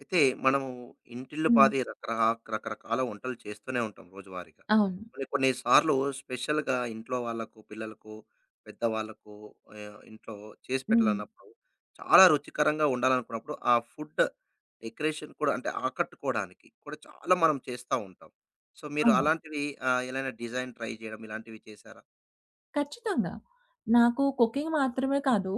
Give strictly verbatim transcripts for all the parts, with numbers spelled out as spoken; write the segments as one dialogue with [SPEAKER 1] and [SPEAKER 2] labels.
[SPEAKER 1] అయితే మనము ఇంటిల్లి
[SPEAKER 2] హ్మ్.
[SPEAKER 1] పాది రకర రకరకాల వంటలు చేస్తూనే ఉంటాం రోజువారీగా.
[SPEAKER 2] అవును.
[SPEAKER 1] కొన్ని కొన్ని సార్లు స్పెషల్‌గా ఇంట్లో వాళ్ళకు, పిల్లలకు, పెద్దవాళ్ళకు ఆహ్, ఇంట్లో చేసి
[SPEAKER 2] హ్మ్.
[SPEAKER 1] పెట్టాలన్నప్పుడు చాలా రుచికరంగా ఉండాలనుకున్నప్పుడు ఆ ఫుడ్ డెకరేషన్ కూడా అంటే ఆకట్టుకోవడానికి కూడా చాలా మనం చేస్తా ఉంటాం. సో, మీరు
[SPEAKER 2] అవును,
[SPEAKER 1] అలాంటివి ఆహ్, ఎలానా డిజైన్ ట్రై చేయడం ఇలాంటివి చేశారా?
[SPEAKER 2] ఖచ్చితంగా. నాకు కుకింగ్ మాత్రమే కాదు,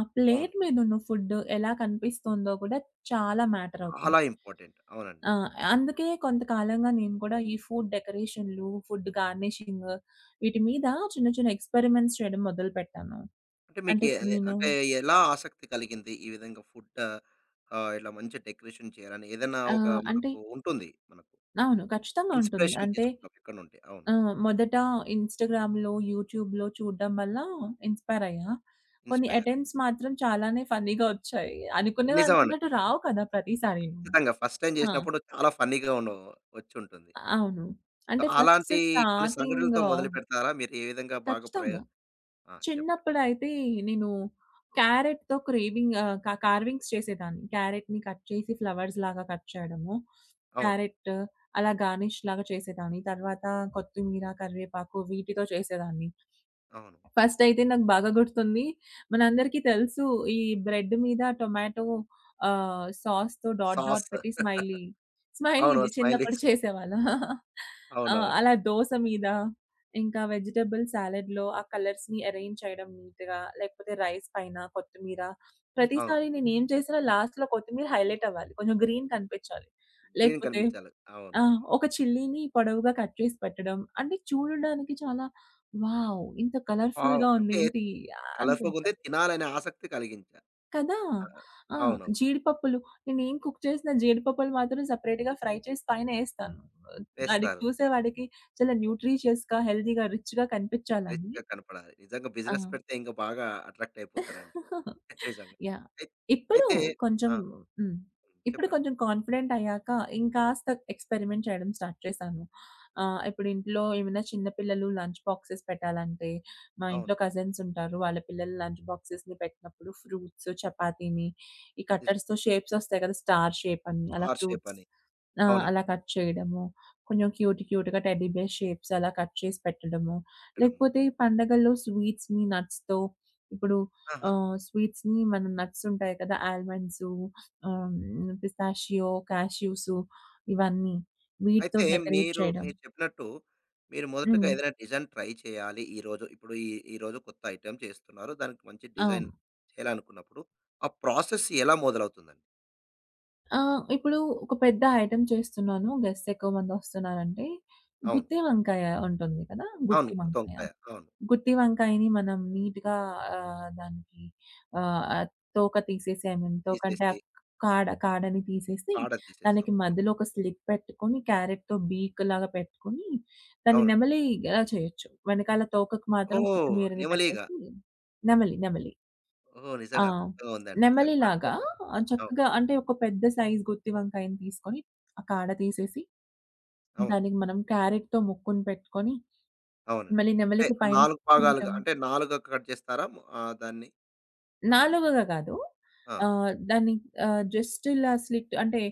[SPEAKER 2] ఆ
[SPEAKER 1] అవును.
[SPEAKER 2] ప్లేట్ మీదున్న ఫుడ్ ఎలా కనిపిస్తుందో కూడా చాలా మ్యాటర్
[SPEAKER 1] చాలా
[SPEAKER 2] అవుతుంది.
[SPEAKER 1] ఇంపార్టెంట్. అవునండి.
[SPEAKER 2] ఆ! అందుకే కొంతకాలంగా నేను కూడా ఈ ఫుడ్ డెకరేషన్‌లు, ఫుడ్ గార్నిషింగ్ వీటి మీద చిన్న చిన్న ఎక్స్‌పెరిమెంట్స్ చేయడం మొదలుపెట్టాను.
[SPEAKER 1] అంటే మీకు
[SPEAKER 2] అంటే
[SPEAKER 1] ఎ
[SPEAKER 2] ఇప్పుడు నేను
[SPEAKER 1] అంటే ఎలా ఆసక్తి కలిగింది? ఈ విధంగా ఫుడ్ ఆహ్, ఇట్లా మంచి డెకరేషన్ చేయాలని ఏదైనా ఒక
[SPEAKER 2] ఆహ్, అంటే
[SPEAKER 1] మనకు ఉంటుంది. మనకు
[SPEAKER 2] అవును, ఖచ్చితంగా ఉంటుంది.
[SPEAKER 1] ఇన్‌స్పిరేషన్
[SPEAKER 2] అంటే
[SPEAKER 1] తీసుకున్నాం ఎక్కడి నుండి. అవును.
[SPEAKER 2] ఆ! మొదట ఇన్‌స్టాగ్రామ్‌లో, యూట్యూబ్‌లో చూడడం వల్ల ఇన్‌స్పైర్ అయ్యా. కొన్ని
[SPEAKER 1] ఇన్‌స్పైర్.
[SPEAKER 2] అటెంప్ట్స్ మాత్రం చాలానే ఫన్నీ‌గా వచ్చాయి. అనుకున్నవి
[SPEAKER 1] నిజమండి.
[SPEAKER 2] అనుకున్నట్టు రావు కదా ప్రతిసారీను.
[SPEAKER 1] ఖచ్చితంగా ఫస్ట్ టైమ్
[SPEAKER 2] ఆ!
[SPEAKER 1] చేసినప్పుడు చాలా ఫన్నీ‌గా ఉండ వచ్చుంటుంది.
[SPEAKER 2] అవును.
[SPEAKER 1] సో,
[SPEAKER 2] అంటే ఫస్ట్
[SPEAKER 1] అలాంటి కొన్ని
[SPEAKER 2] స్టార్టింగ్
[SPEAKER 1] సంఘటనలతో మొదలుపెడతారా? మీరు ఏ విధంగా బాగా ప్రయ
[SPEAKER 2] ఖచ్చితంగా.
[SPEAKER 1] ఆ! చెప్పండి.
[SPEAKER 2] చిన్నప్పుడైతే నేను క్యారెట్‌తో క్రేవింగ్ ఆహ్, క కార్వింగ్స్ చేసేదాన్ని. క్యారెట్‌ని కట్ చేసి ఫ్లవర్స్ లాగా కట్ చేయడము.
[SPEAKER 1] అవును.
[SPEAKER 2] క్యారెట్ అలా గార్నిష్‌లాగా చేసేదాన్ని. తర్వాత కొత్తిమీర, కరివేపాకు వీటితో చేసేదాన్ని.
[SPEAKER 1] అవును.
[SPEAKER 2] ఫస్ట్ అయితే నాకు బాగా గుర్తుంది. మనందరికీ తెలుసు ఈ బ్రెడ్ మీద టొమాటో ఆహ్, సాస్‌తో డాట్ డాట్
[SPEAKER 1] సాస్
[SPEAKER 2] పెట్టి స్మైలీ. స్మైలీ
[SPEAKER 1] అవును.
[SPEAKER 2] ఇది చిన్నప్పుడు
[SPEAKER 1] స్మైలీస్
[SPEAKER 2] చేసేవాళ్ళం. ఆ!
[SPEAKER 1] అవునవును.
[SPEAKER 2] అలా దోస మీద, ఇంకా వెజిటబుల్ సాలడ్‌లో ఆ కలర్స్‌ని అరేంజ్ చేయడం నీట్‌గా, లేకపోతే రైస్ పైన కొత్తిమీర.
[SPEAKER 1] అవును.
[SPEAKER 2] ప్రతిసారి నేనేం చేసినా లాస్ట్‌లో కొత్తిమీర హైలైట్ అవ్వాలి. కొంచెం గ్రీన్ కనిపించాలి.
[SPEAKER 1] గ్రీన్
[SPEAKER 2] లేకపోతే
[SPEAKER 1] కనిపించాలి. అవును.
[SPEAKER 2] ఆ! ఒక చిల్లీని పొడవుగా కట్ చేసి పెట్టడం. అంటే చూడడానికి చాలా వావ్, ఇంత
[SPEAKER 1] వావ్!
[SPEAKER 2] కలర్‌ఫుల్‌గా
[SPEAKER 1] అంటే
[SPEAKER 2] ఉందేంటి
[SPEAKER 1] కలర్‌ఫుల్‌గుంది
[SPEAKER 2] అనిపించాలి.
[SPEAKER 1] తినాలనే ఆసక్తి కలిగించాలి.
[SPEAKER 2] కదా!
[SPEAKER 1] ఆ!
[SPEAKER 2] ఆ!
[SPEAKER 1] అవును.
[SPEAKER 2] జీడిపప్పులు నేనేం కుక్ చేసినా జీడిపప్పులు మాత్రం సెపరేట్‌గా ఫ్రై చేసి పైనేస్తాను. ఆడికి
[SPEAKER 1] వేస్తారు.
[SPEAKER 2] చూసేవాడికి చాలా న్యూట్రిషియస్‌గా, హెల్తీగా, రిచ్‌గా కనిపించాలని.
[SPEAKER 1] రిచ్‌గా కనపడాలి. నిజంగా
[SPEAKER 2] ఆ!
[SPEAKER 1] బిజినెస్ పెడితే ఇంకా బాగా అట్రాక్ట్ అయిపోతారండి. నిజంగా.
[SPEAKER 2] యాహ్!
[SPEAKER 1] అయి
[SPEAKER 2] ఇప్పుడు
[SPEAKER 1] అయితే
[SPEAKER 2] కొంచెం
[SPEAKER 1] ఆ!
[SPEAKER 2] హ్మ్. ఇప్పుడు
[SPEAKER 1] చెప్పండి.
[SPEAKER 2] కొంచెం కాన్ఫిడెంట్ అయ్యాక ఇంకాస్త ఎక్స్‌పెరిమెంట్ చేయడం స్టార్ట్ చేశాను. ఆహ్, ఇప్పుడు ఇంట్లో ఏమైనా చిన్న పిల్లలు లంచ్ బాక్సెస్ పెట్టాలంటే, మా
[SPEAKER 1] అవును.
[SPEAKER 2] ఇంట్లో కజిన్స్ ఉంటారు. వాళ్ళ పిల్లలు లంచ్ బాక్సెస్‌ని పెట్టినప్పుడు ఫ్రూట్స్, చపాతీని ఈ
[SPEAKER 1] నిజం.
[SPEAKER 2] కట్టర్స్‌తో షేప్స్ వస్తాయి కదా! స్టార్ షేప్ అని అలా
[SPEAKER 1] స్టార్ షేప్
[SPEAKER 2] ఫ్రూట్స్
[SPEAKER 1] అని.
[SPEAKER 2] ఆ!
[SPEAKER 1] అవునండి.
[SPEAKER 2] అలా కట్ చేయడము. కొంచెం క్యూట్ క్యూట్‌గా టెడ్డీ బేర్ షేప్స్ అలా కట్ చేసి పెట్టడము.
[SPEAKER 1] పెట్టడము.
[SPEAKER 2] లేకపోతే ఈ పండగల్లో స్వీట్స్‌ని నట్స్‌తో ఇప్పుడు
[SPEAKER 1] ఆహా!
[SPEAKER 2] ఆహ్, స్వీట్స్‌ని మనం నట్స్ ఉంటాయి కదా! ఆల్మండ్సు, ఆహ్, హ్మ్, పిస్తాషియో, కాష్యూసు ఇవన్నీ వీటితో
[SPEAKER 1] అయితే
[SPEAKER 2] డెకరేట్
[SPEAKER 1] మీరు
[SPEAKER 2] చేయడం.
[SPEAKER 1] మీరు చెప్పినట్టు మీరు మొదటగా
[SPEAKER 2] హ్మ్.
[SPEAKER 1] ఏదైనా డిజైన్ ట్రై చేయాలి ఈరోజు. ఇప్పుడు ఈ ఈరోజు కొత్త ఐటెమ్ చేస్తున్నారు. దానికి మంచి డిజైన్
[SPEAKER 2] అవును.
[SPEAKER 1] చేయాలనుకున్నప్పుడు ఆ ప్రాసెస్ ఎలా మొదలవుతుందండి?
[SPEAKER 2] ఆహ్, ఇప్పుడు ఒక పెద్ద ఐటెమ్ చేస్తున్నాను. గెస్ట్స్ ఎక్కువ మంది వస్తున్నారంటే
[SPEAKER 1] అవును.
[SPEAKER 2] గుత్తి వంకాయ ఉంటుంది కదా!
[SPEAKER 1] అవును.
[SPEAKER 2] గుత్తి
[SPEAKER 1] కొత్త
[SPEAKER 2] వంకాయ.
[SPEAKER 1] వంకాయ. అవును.
[SPEAKER 2] గుత్తి వంకాయని మనం నీట్‌గా ఆహ్, దానికి ఆహ్, తోక తీసేసి, ఐ మీన్ తోకంటే ఆ
[SPEAKER 1] తీసేసి
[SPEAKER 2] కాడ, కాడని తీసేసి
[SPEAKER 1] కాడ తీసేస్తాం.
[SPEAKER 2] దానికి
[SPEAKER 1] అవును
[SPEAKER 2] మధ్యలో ఒక స్లిప్ పెట్టుకొని, క్యారెట్‌తో బీక్ లాగా పెట్టుకొని దాన్ని
[SPEAKER 1] అవునండి.
[SPEAKER 2] నెమలి ఇలా చేయొచ్చు. వెనకాల తోకకు మాత్రం
[SPEAKER 1] ఓహ్!
[SPEAKER 2] కొత్తిమీరని
[SPEAKER 1] నెమలీగ.
[SPEAKER 2] పెట్టేసి నెమలి, నెమలి.
[SPEAKER 1] ఓహో!
[SPEAKER 2] ఆ!
[SPEAKER 1] నిజంగా అద్భుతంగా ఉందండి. నిజంగా. ఆ!
[SPEAKER 2] నెమలిలాగా
[SPEAKER 1] చెప్పండి.
[SPEAKER 2] ఆహ్,
[SPEAKER 1] అవును.
[SPEAKER 2] చక్కగా అంటే ఒక పెద్ద సైజ్ గుత్తి వంకాయని తీసుకొని ఆ కాడ తీసేసి
[SPEAKER 1] అవును.
[SPEAKER 2] దానికి మనం క్యారెట్‌తో ముక్కుని పెట్టుకొని
[SPEAKER 1] అవునండి.
[SPEAKER 2] మళ్ళీ
[SPEAKER 1] అంటే
[SPEAKER 2] నెమలికి పైన
[SPEAKER 1] నాలుగు భాగాలుగా
[SPEAKER 2] కిరీటం,
[SPEAKER 1] అంటే నాలుగుగా కట్ చేస్తారా? ము ఆహ్, దాన్ని ఐ మీన్
[SPEAKER 2] నాలుకగా కాదు.
[SPEAKER 1] ఆ!
[SPEAKER 2] ఆహ్, దాన్ని ఆహ్, జస్ట్ ఇలా స్లిట్ అంటే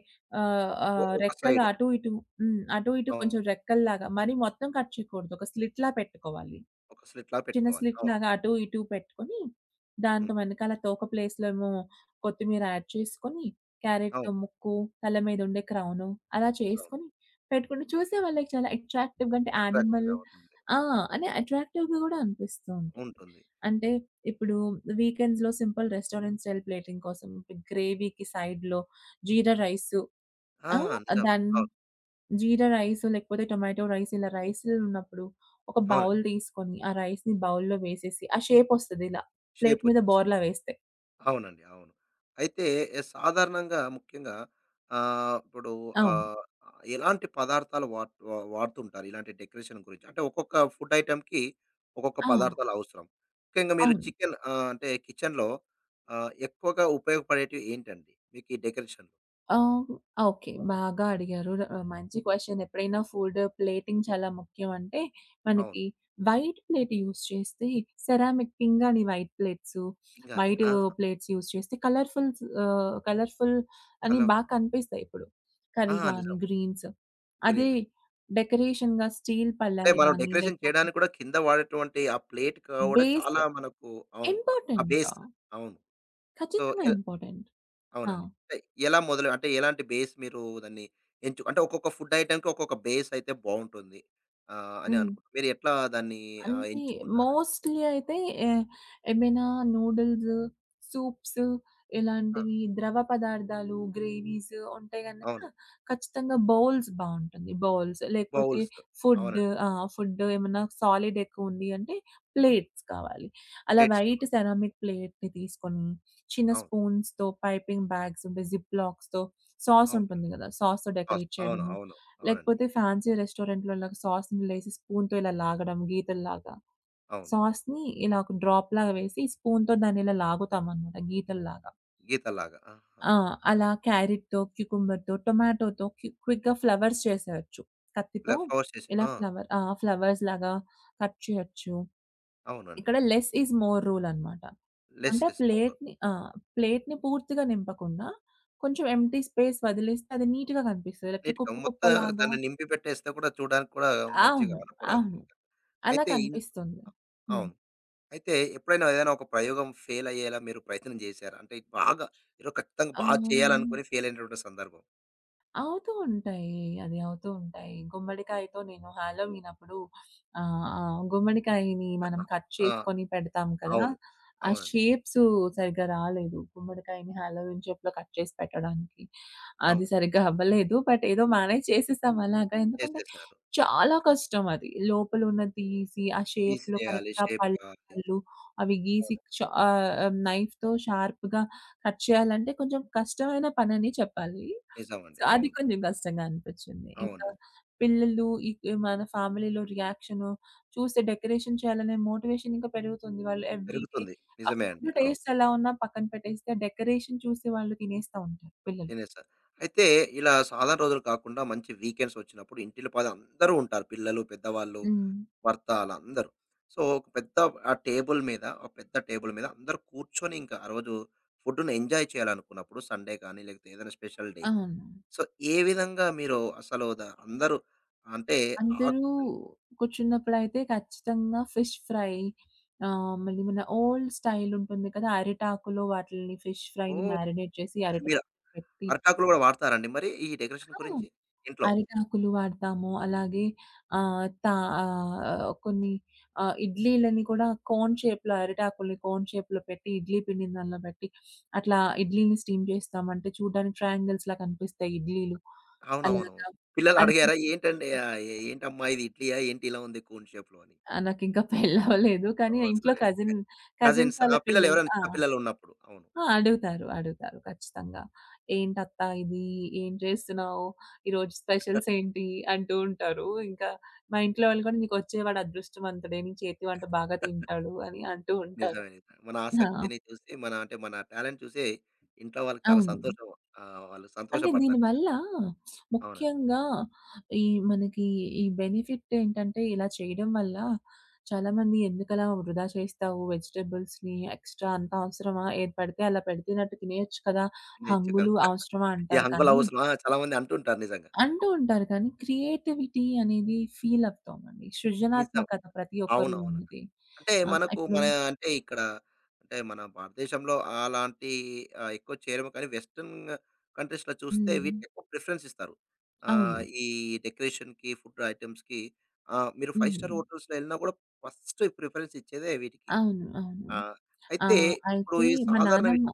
[SPEAKER 2] ఆహ్,
[SPEAKER 1] ఒ
[SPEAKER 2] ఆహ్,
[SPEAKER 1] ఒక
[SPEAKER 2] రెక్కలు
[SPEAKER 1] సైడ్.
[SPEAKER 2] అటు ఇటు. హ్మ్, అటు ఇటు
[SPEAKER 1] అవును.
[SPEAKER 2] కొంచెం రెక్కల్లాగా, మరీ మొత్తం కట్ చేయకూడదు. ఒక స్లిట్‌లా పెట్టుకోవాలి.
[SPEAKER 1] ఒక స్లిట్‌లా
[SPEAKER 2] చిన్న
[SPEAKER 1] పెట్టుకోవాలి. అవును.
[SPEAKER 2] స్లిట్‌లాగా అటు ఇటు పెట్టుకొని, దాంతో
[SPEAKER 1] హ్మ్.
[SPEAKER 2] వెనకాల తోక ప్లేస్‌లో ఏమో కొత్తిమీర యాడ్ చేసుకొని,
[SPEAKER 1] అవును.
[SPEAKER 2] క్యారెట్‌తో ముక్కు, తల మీద ఉండే క్రౌను అలా
[SPEAKER 1] అవును.
[SPEAKER 2] చేసుకొని పెట్టుకుంటే చూసే వాళ్ళకి చాలా అట్రాక్టివ్‌గా, అంటే యానిమల్
[SPEAKER 1] అట్రాక్టివ్‌గా ఉంటుంది.
[SPEAKER 2] ఆ! అని అట్రాక్టివ్‌గా గూడా అనిపిస్తూ ఉంటుంది.
[SPEAKER 1] ఉంటుంది.
[SPEAKER 2] అంటే ఇప్పుడు వీకెండ్స్‌లో సింపుల్ రెస్టారెంట్ స్టైల్ ప్లేటింగ్ కోసం గ్రేవీకి సైడ్‌లో జీరా రైసు. ఆ!
[SPEAKER 1] ఆహా! నిజం.
[SPEAKER 2] దాన్ని
[SPEAKER 1] అవును.
[SPEAKER 2] జీరా రైస్ లేకపోతే టొమాటో రైస్, ఇలా రైసులున్నప్పుడు ఒక
[SPEAKER 1] అవునండి.
[SPEAKER 2] బౌల్ తీసుకొని, ఆ రైస్‌ని బౌల్‌లో వేసేసి ఆ షేపొస్తది ఇలా ప్లేట్ మీద
[SPEAKER 1] షేపొచ్చేస్తుంది.
[SPEAKER 2] బోర్లా వేస్తే.
[SPEAKER 1] అవునండి. అవును. అయితే ఏ సాధారణంగా ముఖ్యంగా ఆహ్, ఇప్పుడు
[SPEAKER 2] అవును.
[SPEAKER 1] ఆహ్, ఎలాంటి పదార్థాలు వాడ్ వా వాడుతుంటారు? ఇలాంటి డెకరేషన్ గురించి. అంటే ఒక్కొక్క ఫుడ్ ఐటెమ్‌కి ఒక్కొక్క
[SPEAKER 2] ఆ!
[SPEAKER 1] పదార్థాలు అవసరం. ముఖ్యంగా మీరు
[SPEAKER 2] అవును.
[SPEAKER 1] చికెన్ ఆహ్, అంటే కిచెన్‌లో ఆహ్, ఎక్కువగా ఉపయోగపడేటివి ఏంటండి? మీకు ఈ డెకరేషన్‌లో?
[SPEAKER 2] ఆహ్, ఓకే, బాగా అడిగారు. ఆహ్, మంచి క్వెషన్. ఎప్పుడైనా ఫుడ్ ప్లేటింగ్ చాలా ముఖ్యం అంటే,
[SPEAKER 1] అవును.
[SPEAKER 2] మనకి వైట్ ప్లేట్ యూజ్ చేస్తే సెరామిక్ పింగాణి వైట్ ప్లేట్సు,
[SPEAKER 1] ఇంగాని
[SPEAKER 2] వైట్
[SPEAKER 1] ఆ!
[SPEAKER 2] ప్లేట్స్ యూజ్ చేస్తే కలర్‌ఫుల్స్ ఆహ్, కలర్‌ఫుల్ అని
[SPEAKER 1] కలర్‌ఫుల్
[SPEAKER 2] బా కనిపిస్తాయి ఇప్పుడు.
[SPEAKER 1] ఆ!
[SPEAKER 2] కర్రీ గానీ,
[SPEAKER 1] నిజం.
[SPEAKER 2] గ్రీన్స్. అదే
[SPEAKER 1] గ్రీన్.
[SPEAKER 2] డెకరేషన్‌గా స్టీల్
[SPEAKER 1] అంటే
[SPEAKER 2] పళ్ళాలు
[SPEAKER 1] మనం
[SPEAKER 2] గానీ,
[SPEAKER 1] డెకరేషన్
[SPEAKER 2] లేకపోతే
[SPEAKER 1] చేయడానికి కూడా కింద వాడేటువంటి ఆ ప్లేట్ కూడా
[SPEAKER 2] బేస్
[SPEAKER 1] చాలా మనకు అవును. ఆ
[SPEAKER 2] ఇంపార్టెంట్.
[SPEAKER 1] బేస్ అవును. సో
[SPEAKER 2] ఖచ్చితంగా
[SPEAKER 1] ఎల్
[SPEAKER 2] ఇంపార్టెంట్. ఆ!
[SPEAKER 1] అవునండి. అంటే ఎలా మొదలు అంటే ఎలాంటి బేస్ మీరు దాన్ని ఎంచు అంటే ఒక్కొక్క ఫుడ్ ఐటెమ్‌కి ఒక్కొక్క బేస్ అయితే బావుంటుంది. ఆహ్, అని
[SPEAKER 2] హ్మ్.
[SPEAKER 1] అనుకుంట. మీరు ఎట్లా దాన్ని ఆహ్,
[SPEAKER 2] అంటే
[SPEAKER 1] ఎంచుకుంటారని?
[SPEAKER 2] మోస్ట్‌లీ అయితే ఆహ్, ఏమైనా నూడిల్స్, సూప్స్
[SPEAKER 1] ఆ!
[SPEAKER 2] ఇలాంటివి ద్రవ పదార్థాలు, గ్రేవీస్ ఉంటే గనక
[SPEAKER 1] అవును.
[SPEAKER 2] ఖచ్చితంగా బౌల్స్ బావుంటుంది. బౌల్స్ లేకపోతే
[SPEAKER 1] బౌల్స్.
[SPEAKER 2] ఫుడ్
[SPEAKER 1] అవునండి.
[SPEAKER 2] ఆ! ఫుడ్ ఏమన్నా సాలిడ్ ఎక్కువుంది అంటే ప్లేట్స్ కావాలి. అలా
[SPEAKER 1] ప్లేట్స్.
[SPEAKER 2] వైట్ సెరామిక్ ప్లేట్‌ని తీసుకొని చిన్న
[SPEAKER 1] అవును.
[SPEAKER 2] స్పూన్స్‌తో పైపింగ్ బ్యాగ్స్ ఉంటాయి. జిప్ లాక్స్‌తో సాస్
[SPEAKER 1] అవును.
[SPEAKER 2] ఉంటుంది గదా! సాస్‌తో
[SPEAKER 1] కాస్ట్.
[SPEAKER 2] డెకరేట్
[SPEAKER 1] అవును.
[SPEAKER 2] చేయడము.
[SPEAKER 1] అవును. అవునండి.
[SPEAKER 2] లేకపోతే ఫ్యాన్సీ రెస్టారెంట్‌లోలాగా సాస్‌ని ఏసి స్పూన్‌తో ఇలా లాగడం గీతల్లాగా.
[SPEAKER 1] అవును.
[SPEAKER 2] సాస్‌ని ఇలా ఒక డ్రాప్‌లాగా వేసి స్పూన్‌తో దాన్నిలా లాగుతామనమాట గీతల్లాగా.
[SPEAKER 1] గీతల్లాగా. ఆహా!
[SPEAKER 2] ఆ! అలా క్యారెట్‌తో, క్యుకుంబర్‌తో, టొమాటోతో క్యు క్విక్‌గా ఫ్లవర్స్ చేసేయొచ్చు.
[SPEAKER 1] ఇలా
[SPEAKER 2] కత్తితో
[SPEAKER 1] ఫోర్స్ చేసి
[SPEAKER 2] ఇలా
[SPEAKER 1] ఆ!
[SPEAKER 2] ఫ్లవర్ ఆ! ఫ్లవర్స్‌లాగా కట్ చేయొచ్చు.
[SPEAKER 1] అవునండి.
[SPEAKER 2] ఇక్కడ లెస్ ఈజ్ మోర్ రూల్ అనమాట.
[SPEAKER 1] లెస్
[SPEAKER 2] అంటే
[SPEAKER 1] ఈస్ మోర్.
[SPEAKER 2] ప్లేట్‌ని ఆ! ప్లేట్‌ని పూర్తిగా నింపకుండా కొంచెం ఎంప్టీ స్పేస్ వదిలేస్తే అది నీట్‌గా కనిపిస్తది. లేకపోతే
[SPEAKER 1] నీట్‌గా
[SPEAKER 2] కుప్ప
[SPEAKER 1] మొత్తం
[SPEAKER 2] కుప్పలాగా
[SPEAKER 1] దాన్ని నింపి పెట్టేస్తే కూడా చూడడానికి కూడా మంచిగా
[SPEAKER 2] అవును,
[SPEAKER 1] ఆనపడదు.
[SPEAKER 2] అవును, అలా
[SPEAKER 1] అయితే ఇన్
[SPEAKER 2] కనిపిస్తుంది. హ్మ్.
[SPEAKER 1] అవును. అయితే ఎప్పుడైనా ఏదైనా ఒక ప్రయోగం ఫెయిల్ అయ్యేలా మీరు ప్రయత్నం చేశారా? అంటే ఇది బాగా ఏదో ఖచ్చితంగా బాగా
[SPEAKER 2] ఆహ్,
[SPEAKER 1] చేయాలనుకుని ఫెయిల్ అయినటువంటి సందర్భం.
[SPEAKER 2] అవుతూ ఉంటాయి. అది అవుతూ ఉంటాయి. గుమ్మడికాయతో నేను హాలోవీనప్పుడు ఆహ్, ఆహ్, గుమ్మడికాయని మనం కట్
[SPEAKER 1] ఆ!
[SPEAKER 2] చేసుకొని పెడతాం కదా!
[SPEAKER 1] అవును.
[SPEAKER 2] ఆ
[SPEAKER 1] అవునండి.
[SPEAKER 2] షేప్స్ సరిగ్గా రాలేదు. గుమ్మడికాయని హాలోవీన్ షేప్‌లో కట్ చేసి పెట్టడానికి. అది
[SPEAKER 1] అవును.
[SPEAKER 2] సరిగ్గా అవ్వలేదు. బట్ ఏదో మేనేజ్ చేసేసాం అలాగా. ఎందుకంటే
[SPEAKER 1] చేసేసారు.
[SPEAKER 2] చాలా కష్టం అది. లోపలున్నది తీసి, ఆ షేప్‌లో
[SPEAKER 1] తీసేయాలి,
[SPEAKER 2] కరెక్ట్‌గా
[SPEAKER 1] షేప్
[SPEAKER 2] పళ్ళు,
[SPEAKER 1] రావాలి.
[SPEAKER 2] పళ్ళు అవి గీసి
[SPEAKER 1] అవును.
[SPEAKER 2] షా ఆహ్, ఆహ్, నైఫ్‌తో షార్ప్‌గా కట్ చేయాలంటే కొంచెం కష్టమైన పననే చెప్పాలి.
[SPEAKER 1] నిజమండి.
[SPEAKER 2] సో, అది
[SPEAKER 1] అవును.
[SPEAKER 2] కొంచెం కష్టంగా అనిపిచ్చింది. ఇంకా
[SPEAKER 1] అవునండి.
[SPEAKER 2] పిల్లలు ఈ మన ఫ్యామిలీలో రియాక్షను చూస్తే డెకరేషన్ చేయాలనే మోటివేషన్ ఇంకా పెరుగుతుంది. వాళ్ళు ఎవ్రీ డే
[SPEAKER 1] పెరుగుతుంది.
[SPEAKER 2] ఆ
[SPEAKER 1] నిజమే అండి.
[SPEAKER 2] ఫుడ్
[SPEAKER 1] అవును.
[SPEAKER 2] టేస్ట్ ఎలా ఉన్నా పక్కన పెట్టేస్తే, డెకరేషన్ చూసి వాళ్ళు తినేస్తా ఉంటారు పిల్లలు.
[SPEAKER 1] తినేసారు. అయితే ఇలా సాధారణ రోజులు కాకుండా మంచి వీకెండ్స్ వచ్చినప్పుడు ఇంటిల్లిపాది అందరూ ఉంటారు. పిల్లలు, పెద్దవాళ్ళు
[SPEAKER 2] హ్మ్.
[SPEAKER 1] భర్త ఆళ్ళందరూ. సో, ఒక పెద్ద ఆ టేబుల్ మీద ఒక పెద్ద టేబుల్ మీద అందరూ కూర్చొని ఇంకా ఆ రోజు ఫుడ్‌ని ఎంజాయ్ చేయాలనుకున్నప్పుడు సండే కానీ, లేకపోతే ఏదైనా స్పెషల్ డే.
[SPEAKER 2] అవును.
[SPEAKER 1] సో, ఏ విధంగా మీరు అసలు ద అందరూ అంటే ఆహ్,
[SPEAKER 2] అందరూ కూర్చున్నప్పుడైతే ఖచ్చితంగా ఫిష్ ఫ్రై, ఆహ్, మళ్ళీ మన ఓల్డ్ స్టైల్ ఉంటుంది కదా! అరిటాకులో వాటిల్ని, ఫిష్ ఫ్రైని
[SPEAKER 1] ఓహ్!
[SPEAKER 2] మ్యారినేట్ చేసి
[SPEAKER 1] మీరు
[SPEAKER 2] అరిటాకులో పెట్టి
[SPEAKER 1] అరిటాకులు గూడా వాడతారండి మరి ఈ డెకరేషన్
[SPEAKER 2] ఆ!
[SPEAKER 1] గురించి? ఇంట్లో.
[SPEAKER 2] అరిటాకులు వాడతాము. అలాగే ఆహ్, తా ఆహ్, కొన్ని ఆహ్, ఇడ్లీలని కూడా కోన్ షేప్‌లో, అరిటాకుల్ని కోన్ షేప్‌లో పెట్టి ఇడ్లీ పిండిని దానిలో పెట్టి అట్లా ఇడ్లీని స్టీమ్ చేస్తాం. అంటే చూడ్డానికి ట్రయాంగిల్స్‌లా కనిపిస్తాయి ఇడ్లీలు.
[SPEAKER 1] అవునవును.
[SPEAKER 2] అలాగా
[SPEAKER 1] పిల్లలు అడిగారా?
[SPEAKER 2] అరిటాకులు
[SPEAKER 1] ఏంటండి ఆహ్, ఏంటమ్మా ఇది ఇడ్లీయా? ఏంటి ఇలా ఉంది కోన్ షేప్‌లో అని?
[SPEAKER 2] ఆ! నాకింకా పెళ్లవ్వలేదు. కానీ
[SPEAKER 1] ఓహ్!
[SPEAKER 2] ఇంట్లో
[SPEAKER 1] సరే.
[SPEAKER 2] కజిన్ కజిన్స్
[SPEAKER 1] కజిన్సా?
[SPEAKER 2] వాళ్ళ
[SPEAKER 1] పిల్లలు
[SPEAKER 2] పిల్లలు
[SPEAKER 1] ఎవరైనా
[SPEAKER 2] ఆ!
[SPEAKER 1] చిన్న పిల్లలున్నప్పుడు. అవును.
[SPEAKER 2] ఆ! అడుగుతారు. అడుగుతారు ఖచ్చితంగా. "ఏంటత్తా ఇది? ఏం చేస్తున్నావు? ఈరోజు స్పెషల్స్ ఏంటి?" అంటూ ఉంటారు. ఇంకా మా ఇంట్లో వాళ్ళు కూడా "నీకొచ్చేవాడు అదృష్టవంతుడే. నీ చేతి వంట బాగా తింటాడు" అని అంటూ ఉంటారు.
[SPEAKER 1] నిజమే. నిజమే. మన
[SPEAKER 2] ఆ!
[SPEAKER 1] ఆసక్తిని చూసి, మన అంటే మన టాలెంట్ చూసి ఇంట్లో వాళ్ళకి చాలా
[SPEAKER 2] అవును.
[SPEAKER 1] సంతోషం ఆహ్, వాళ్ళు
[SPEAKER 2] అంటే
[SPEAKER 1] సంతోషపడతారు. నిజంగా.
[SPEAKER 2] దీనివల్ల
[SPEAKER 1] అవునండి.
[SPEAKER 2] ముఖ్యంగా ఈ మనకి ఈ బెనిఫిట్ ఏంటంటే ఇలా చేయడం వల్ల చాలామంది "ఎందుకలా వృధా చేస్తావు వెజిటబుల్స్‌ని, ఎక్స్‌ట్రా అంత అవసరమా? ఏది పడితే అలా పెడితేనట్టు తినేయొచ్చు కదా!
[SPEAKER 1] తినేయొచ్చు కదా!
[SPEAKER 2] హంగులు అవసరమా?"
[SPEAKER 1] ఈ
[SPEAKER 2] అంటారు
[SPEAKER 1] అంకుల్
[SPEAKER 2] కానీ,
[SPEAKER 1] అవసరమా? చాలా మంది అంటుంటారు నిజంగా.
[SPEAKER 2] అంటూ ఉంటారు కానీ క్రియేటివిటీ అనేది ఫీల్ అవుతామండి.
[SPEAKER 1] నిజం.
[SPEAKER 2] సృజనాత్మకత ప్రతి ఒక్కరిలో
[SPEAKER 1] అవునవును.
[SPEAKER 2] ఉన్నది.
[SPEAKER 1] అంటే
[SPEAKER 2] ఆహ్,
[SPEAKER 1] మనకు
[SPEAKER 2] ఇప్పుడు
[SPEAKER 1] మన అంటే ఇక్కడ అంటే మన భారతదేశంలో అలాంటి ఆహ్, ఎక్కువ చేయలేము కానీ వెస్టర్న్ కంట్రీస్‌లో చూస్తే
[SPEAKER 2] హ్మ్.
[SPEAKER 1] వీటికి ఎక్కువ ప్రిఫరెన్స్ ఇస్తారు.
[SPEAKER 2] అవును.
[SPEAKER 1] ఆహ్, ఈ డెకరేషన్‌కి, ఫుడ్ ఐటెమ్స్‌కి ఆహ్, మీరు ఐదు స్టార్
[SPEAKER 2] హ్మ్.
[SPEAKER 1] హోటల్స్‌లో ఎళ్ళినా కూడా ఫస్ట్ ప్రిఫరెన్స్ ఇచ్చేదే వీటికి.
[SPEAKER 2] అవును. అవును.
[SPEAKER 1] ఆ!
[SPEAKER 2] ఆ!
[SPEAKER 1] అయితే ఇప్పుడు
[SPEAKER 2] అయితే
[SPEAKER 1] ఈ
[SPEAKER 2] మా
[SPEAKER 1] సాధారణ విష
[SPEAKER 2] నానమ్మ.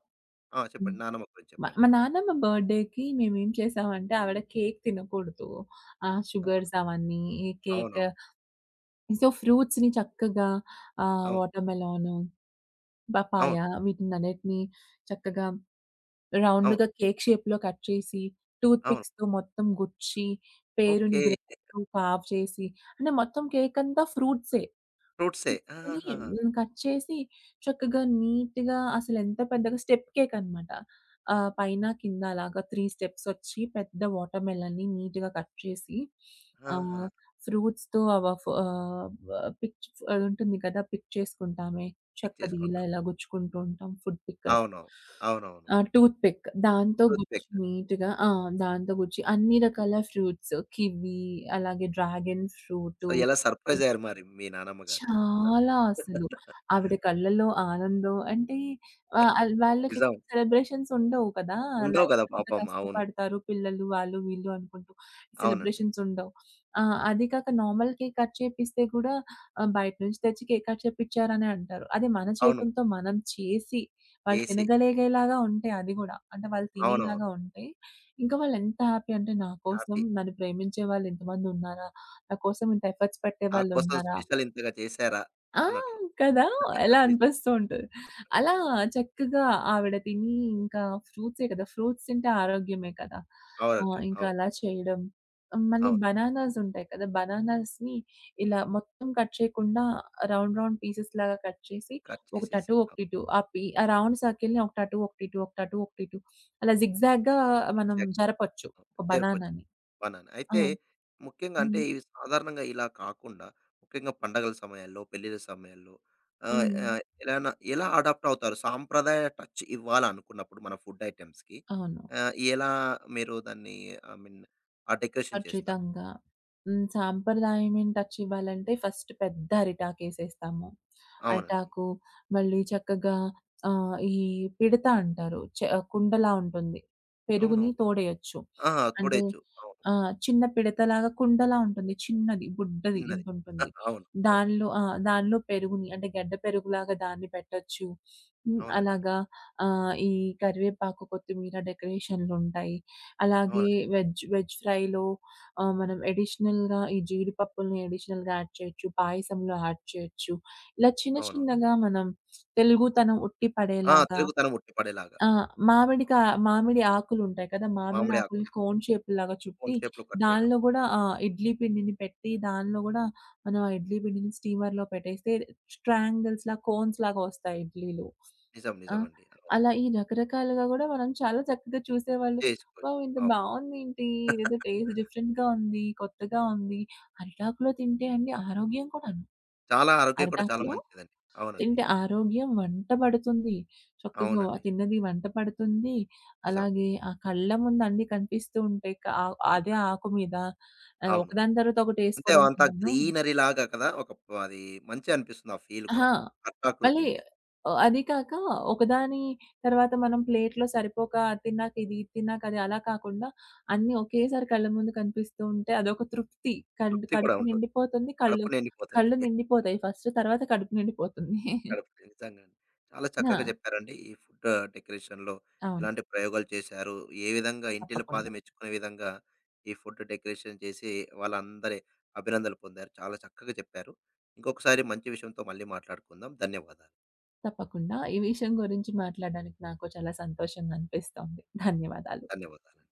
[SPEAKER 1] ఆ!
[SPEAKER 2] హ్మ్.
[SPEAKER 1] చెప్పండి. నానమ్మ గురించి
[SPEAKER 2] మా
[SPEAKER 1] చెప్పండి.
[SPEAKER 2] మా నాన్నమ్మ బర్త్‌డేకి మేమేం చేసామంటే ఆవిడ కేక్ తినకూడదు. ఆహ్,
[SPEAKER 1] ఆ!
[SPEAKER 2] షుగర్స్ అవన్నీ ఈ కేక్,
[SPEAKER 1] అవునవును.
[SPEAKER 2] సో ఫ్రూట్స్‌ని చక్కగా, ఆహ్,
[SPEAKER 1] అవును.
[SPEAKER 2] వాటర్‌మెలన్,
[SPEAKER 1] అవును.
[SPEAKER 2] పపాయ వీటినన్నిటిని చక్కగా
[SPEAKER 1] అవును.
[SPEAKER 2] రౌండ్‌గా కేక్ షేప్‌లో కట్ చేసి,
[SPEAKER 1] అవును.
[SPEAKER 2] టూత్‌పిక్స్‌తో మొత్తం గుచ్చి, పేరుని
[SPEAKER 1] ఓకే.
[SPEAKER 2] గ్రేప్‌తో కార్వ్ చేసి, అంటే మొత్తం కేకంతా ఫ్రూట్సే.
[SPEAKER 1] ఫ్రూట్సే.
[SPEAKER 2] తీసుకొని
[SPEAKER 1] ఆహాహా!
[SPEAKER 2] హ్మ్, కట్ చేసి చక్కగా నీట్‌గా, అసలెంత పెద్దగా స్టెప్ కేక్ అన్నమాట. ఆహ్, పైన, కింద అలాగా మూడు స్టెప్స్ ఒచ్చి పెద్ద వాటర్‌మెలన్‌ని నీట్‌గా కట్ చేసి
[SPEAKER 1] ఆహా!
[SPEAKER 2] ఆహ్, ఫ్రూట్స్‌తో అవ ఫ ఆహ్, పిక్ ఉంటుంది కదా! పిక్ చేసుకుంటామే.
[SPEAKER 1] పిక్
[SPEAKER 2] చెక్కది ఇలా
[SPEAKER 1] చేసుకుంటాం.
[SPEAKER 2] ఇలా గుచ్చుకుంటూ ఉంటాం ఫుడ్ పిక్కర్.
[SPEAKER 1] అవునవును. అవునవును.
[SPEAKER 2] ఆ! టూత్ పిక్ దాంతో
[SPEAKER 1] టూత్
[SPEAKER 2] గుచ్చి
[SPEAKER 1] పిక్.
[SPEAKER 2] నీట్‌గా ఆ! దాంతో గుచ్చి అన్ని రకాల ఫ్రూట్స్ కివి, అలాగే డ్రాగన్
[SPEAKER 1] సో,
[SPEAKER 2] ఫ్రూటు.
[SPEAKER 1] ఎలా సర్ప్రైజ్ అయ్యారు మరి మీ నానమ్మ గారు?
[SPEAKER 2] చాలా అసలు. ఆవిడ కళ్ళల్లో ఆనందం అంటే ఆహ్, ఆల్ వాళ్ళకి
[SPEAKER 1] నిజం.
[SPEAKER 2] ఎక్కువ సెలబ్రేషన్స్ ఉండవు కదా!
[SPEAKER 1] ఉండవు
[SPEAKER 2] లైఫ్
[SPEAKER 1] కదా
[SPEAKER 2] అంతా
[SPEAKER 1] పాపం. అవును.
[SPEAKER 2] కష్టపడతారు పిల్లలు, వాళ్ళు వీళ్ళు అనుకుంటూ,
[SPEAKER 1] అవునండి.
[SPEAKER 2] సెలబ్రేషన్స్ ఉండవు. ఆ! అది కాక నార్మల్ కేక్ కట్ చేపిస్తే కూడా ఆహ్, బయట నుంచి తెచ్చి కేక్ కట్ చేపిచ్చారనే అంటారు. అదే మన
[SPEAKER 1] అవును.
[SPEAKER 2] చేతులతో మనం చేసి వాళ్ళు
[SPEAKER 1] చేసి
[SPEAKER 2] తినగలిగేలాగా ఉంటే అది గూడా, అంటే వాళ్ళు
[SPEAKER 1] అవునవును.
[SPEAKER 2] తినేలాగా ఉంటే, ఇంకా వాళ్ళు ఎంత హ్యాపీ అంటే, నా కోసం
[SPEAKER 1] హ్యాపీ.
[SPEAKER 2] నన్ను ప్రేమించే వాళ్ళు ఇంతమంది ఉన్నారా? నా కోసం ఇంత ఎఫర్ట్స్
[SPEAKER 1] నా కోసం
[SPEAKER 2] పెట్టేవాళ్ళున్నారా?
[SPEAKER 1] స్పెషల్ ఇంతగా చేశారా
[SPEAKER 2] ఆ!
[SPEAKER 1] అన్నట్లు.
[SPEAKER 2] కదా! ఎలా
[SPEAKER 1] నిజం.
[SPEAKER 2] అనిపిస్తూ ఉంటది. అలా చక్కగా ఆవిడ తిని ఇంకా ఫ్రూట్సే కదా! ఫ్రూట్స్ తింటే ఆరోగ్యమే కదా! ఆహ్,
[SPEAKER 1] ఆరోగ్యం.
[SPEAKER 2] ఇంకా
[SPEAKER 1] అవును.
[SPEAKER 2] అలా చేయడం. మళ్ళీ
[SPEAKER 1] అవును.
[SPEAKER 2] బనానాస్ ఉంటాయి కదా! బనానాస్‌ని ఇలా మొత్తం కట్ చేయకుండా రౌండ్ రౌండ్ పీసెస్ లాగా కట్ చేసి
[SPEAKER 1] కట్
[SPEAKER 2] ఒకటి
[SPEAKER 1] చేసేసి.
[SPEAKER 2] అటు, ఒకటి
[SPEAKER 1] అవును.
[SPEAKER 2] ఇటు, ఆ పి ఆ రౌండ్ సర్కిల్‌ని ఒకటి అటు, ఒకటి ఇటు, ఒకటి అటు, ఒకటి ఇటు అలా జిగ్‌జాగ్‌గా మనం
[SPEAKER 1] ఎగ్జాక్ట్‌గా.
[SPEAKER 2] జరపొచ్చు ఒక
[SPEAKER 1] జరిపొచ్చు.
[SPEAKER 2] బనానాని.
[SPEAKER 1] బనానా.
[SPEAKER 2] ఆ!
[SPEAKER 1] అయితే ముఖ్యంగా అంటే
[SPEAKER 2] హ్మ్.
[SPEAKER 1] ఇవి సాధారణంగా ఇలా కాకుండా ముఖ్యంగా పండగల సమయాల్లో, పెళ్ళిళ్ళ సమయాల్లో ఆహ్,
[SPEAKER 2] హ్మ్.
[SPEAKER 1] ఆహ్, ఎలానా ఎలా అడాప్ట్ అవుతారు? సాంప్రదాయ టచ్ ఇవ్వాలనుకున్నప్పుడు మన ఫుడ్ ఐటెమ్స్‌కి
[SPEAKER 2] అవును.
[SPEAKER 1] ఆహ్, ఎలా మీరు దాన్ని ఐ మీన్ ఆ డెకరేషన్ చేస్తారు?
[SPEAKER 2] ఖచ్చితంగా. హ్మ్. సాంప్రదాయమైన టచ్ ఇవ్వాలంటే ఫస్ట్ పెద్ద అరిటాకేసేస్తాము.
[SPEAKER 1] అవునండి.
[SPEAKER 2] అరిటాకు మళ్ళీ చక్కగా, ఆహ్, ఈ పిడత అంటారు. చ కుండలా ఉంటుంది. పెరుగుని
[SPEAKER 1] అవునవును.
[SPEAKER 2] తోడేయొచ్చు.
[SPEAKER 1] ఆ!
[SPEAKER 2] అంటే
[SPEAKER 1] తోడేచ్చు. అవును.
[SPEAKER 2] ఆహ్, చిన్న పిడతలాగా కుండలా ఉంటుంది. చిన్నది, బుడ్డది
[SPEAKER 1] చిన్నది.
[SPEAKER 2] ఇంతుంటుంది.
[SPEAKER 1] అవును. అవును.
[SPEAKER 2] దానిలో ఆ! దానిలో పెరుగుని అంటే గడ్డ పెరుగులాగా దాన్ని పెట్టొచ్చు. హ్మ్,
[SPEAKER 1] అవునండి.
[SPEAKER 2] అలాగా ఆహ్, ఈ కరివేపాకు, కొత్తిమీర డెకరేషన్లుంటాయి. అలాగే
[SPEAKER 1] అవును.
[SPEAKER 2] వెజ్, వెజ్ ఫ్రైలో ఆహ్, మనం అడిషనల్‌గా ఈ జీడిపప్పుల్ని అడిషనల్‌గా యాడ్ చేయొచ్చు. పాయసంలో యాడ్ చేయొచ్చు. ఇలా చిన్న
[SPEAKER 1] అవును.
[SPEAKER 2] చిన్నగా మనం తెలుగుతనం ఉట్టి
[SPEAKER 1] ఆ!
[SPEAKER 2] పడేలాగా.
[SPEAKER 1] తెలుగుతనం ఉట్టిపడేలాగా.
[SPEAKER 2] ఆ! మామిడికా మామిడి ఆకులుంటాయి కదా! మామిడి
[SPEAKER 1] మామిడి ఆకులు
[SPEAKER 2] ఆకుల్ని కోన్ షేపుల్లాగా చుట్టి
[SPEAKER 1] కోన్ షేప్‌లో కట్ చేయడం.
[SPEAKER 2] దానిలో గూడా ఆహ్, ఇడ్లీ పిండిని పెట్టి దానిలో గూడా, మనం ఆ ఇడ్లీ పిండిని స్టీమర్‌లో పెట్టేస్తే ట్రయాంగిల్స్‌లా, కోన్స్‌లాగా వస్తాయి ఇడ్లీలు.
[SPEAKER 1] నిజం.
[SPEAKER 2] ఆ!
[SPEAKER 1] నిజమండి. అవును.
[SPEAKER 2] అలా ఈ రకరకాలుగా గూడా మనం చాలా చక్కగా చూసేవాళ్ళు.
[SPEAKER 1] చేసుకోవచ్చు.
[SPEAKER 2] వావ్, ఇంత
[SPEAKER 1] అవును.
[SPEAKER 2] బావుందేంటి? ఇదేదో టేస్ట్ డిఫరెంట్‌గా ఉంది. కొత్తగా ఉంది. అరిటాకులో తింటే అండి ఆరోగ్యం కూడాను.
[SPEAKER 1] చాలా ఆరోగ్యం కూడా చాలా
[SPEAKER 2] అరిటాకులో
[SPEAKER 1] మంచిదండి. అవునండి.
[SPEAKER 2] తింటే ఆరోగ్యం వంట పడుతుంది. చక్కగా
[SPEAKER 1] అవునండి.
[SPEAKER 2] తిన్నది వంట పడుతుంది.
[SPEAKER 1] నిజం.
[SPEAKER 2] అలాగే ఆ కళ్ళ ముందు అన్నీ కనిపిస్తూ ఉంటాయి. క ఆహ్, అదే ఆకు మీద ఆహ్,
[SPEAKER 1] అవును.
[SPEAKER 2] ఒకదాని తర్వాత
[SPEAKER 1] అంటే
[SPEAKER 2] ఒకటేసుకోవడం
[SPEAKER 1] అంతా
[SPEAKER 2] కన్నాను
[SPEAKER 1] గ్రీనరీ లాగా కదా! ఒక ప్ అది మంచిగనిపిస్తుంది ఆ ఫీల్ కూడా.
[SPEAKER 2] ఆహా!
[SPEAKER 1] అరిటాకులు
[SPEAKER 2] మళ్ళీ
[SPEAKER 1] తింటే.
[SPEAKER 2] ఆహ్, అది కాక ఒకదాని తర్వాత మనం ప్లేట్‌లో సరిపోక అది తిన్నాక ఇది, ఇది తిన్నాక అది, అలా కాకుండా అన్నీ ఒకేసారి కళ్ళ ముందు కనిపిస్తూ ఉంటే అదొక తృప్తి. కళ్ళు
[SPEAKER 1] తృప్తి కూడా
[SPEAKER 2] కడుపు
[SPEAKER 1] ఉంటుంది.
[SPEAKER 2] నిండిపోతుంది. కళ్ళు
[SPEAKER 1] కడుపు నిండిపోతుంది.
[SPEAKER 2] కళ్ళు నిండిపోతాయి ఫస్ట్. తర్వాత కడుపు నిండిపోతుంది.
[SPEAKER 1] కడుపు నిండి- నిజంగా అండి. చాలా చక్కగా
[SPEAKER 2] ఆ!
[SPEAKER 1] చెప్పారండి. ఈ ఫుడ్ డెకరేషన్‌లో
[SPEAKER 2] అవును.
[SPEAKER 1] ఎలాంటి ప్రయోగాలు చేశారు? ఏ విధంగా
[SPEAKER 2] తప్పకుండా.
[SPEAKER 1] ఇంటిల్లిపాది మెచ్చుకునే విధంగా ఈ ఫుడ్ డెకరేషన్ చేసి వాళ్ళందరి అభినందనలు పొందారు. చాలా చక్కగా చెప్పారు. ఇంకొకసారి మంచి విషయంతో మళ్ళీ మాట్లాడుకుందాం. ధన్యవాదాలు.
[SPEAKER 2] తప్పకుండా. ఈ విషయం గురించి మాట్లాడడానికి నాకు చాలా సంతోషంగా అనిపిస్తోంది. ధన్యవాదాలు.
[SPEAKER 1] ధన్యవాదాలండి.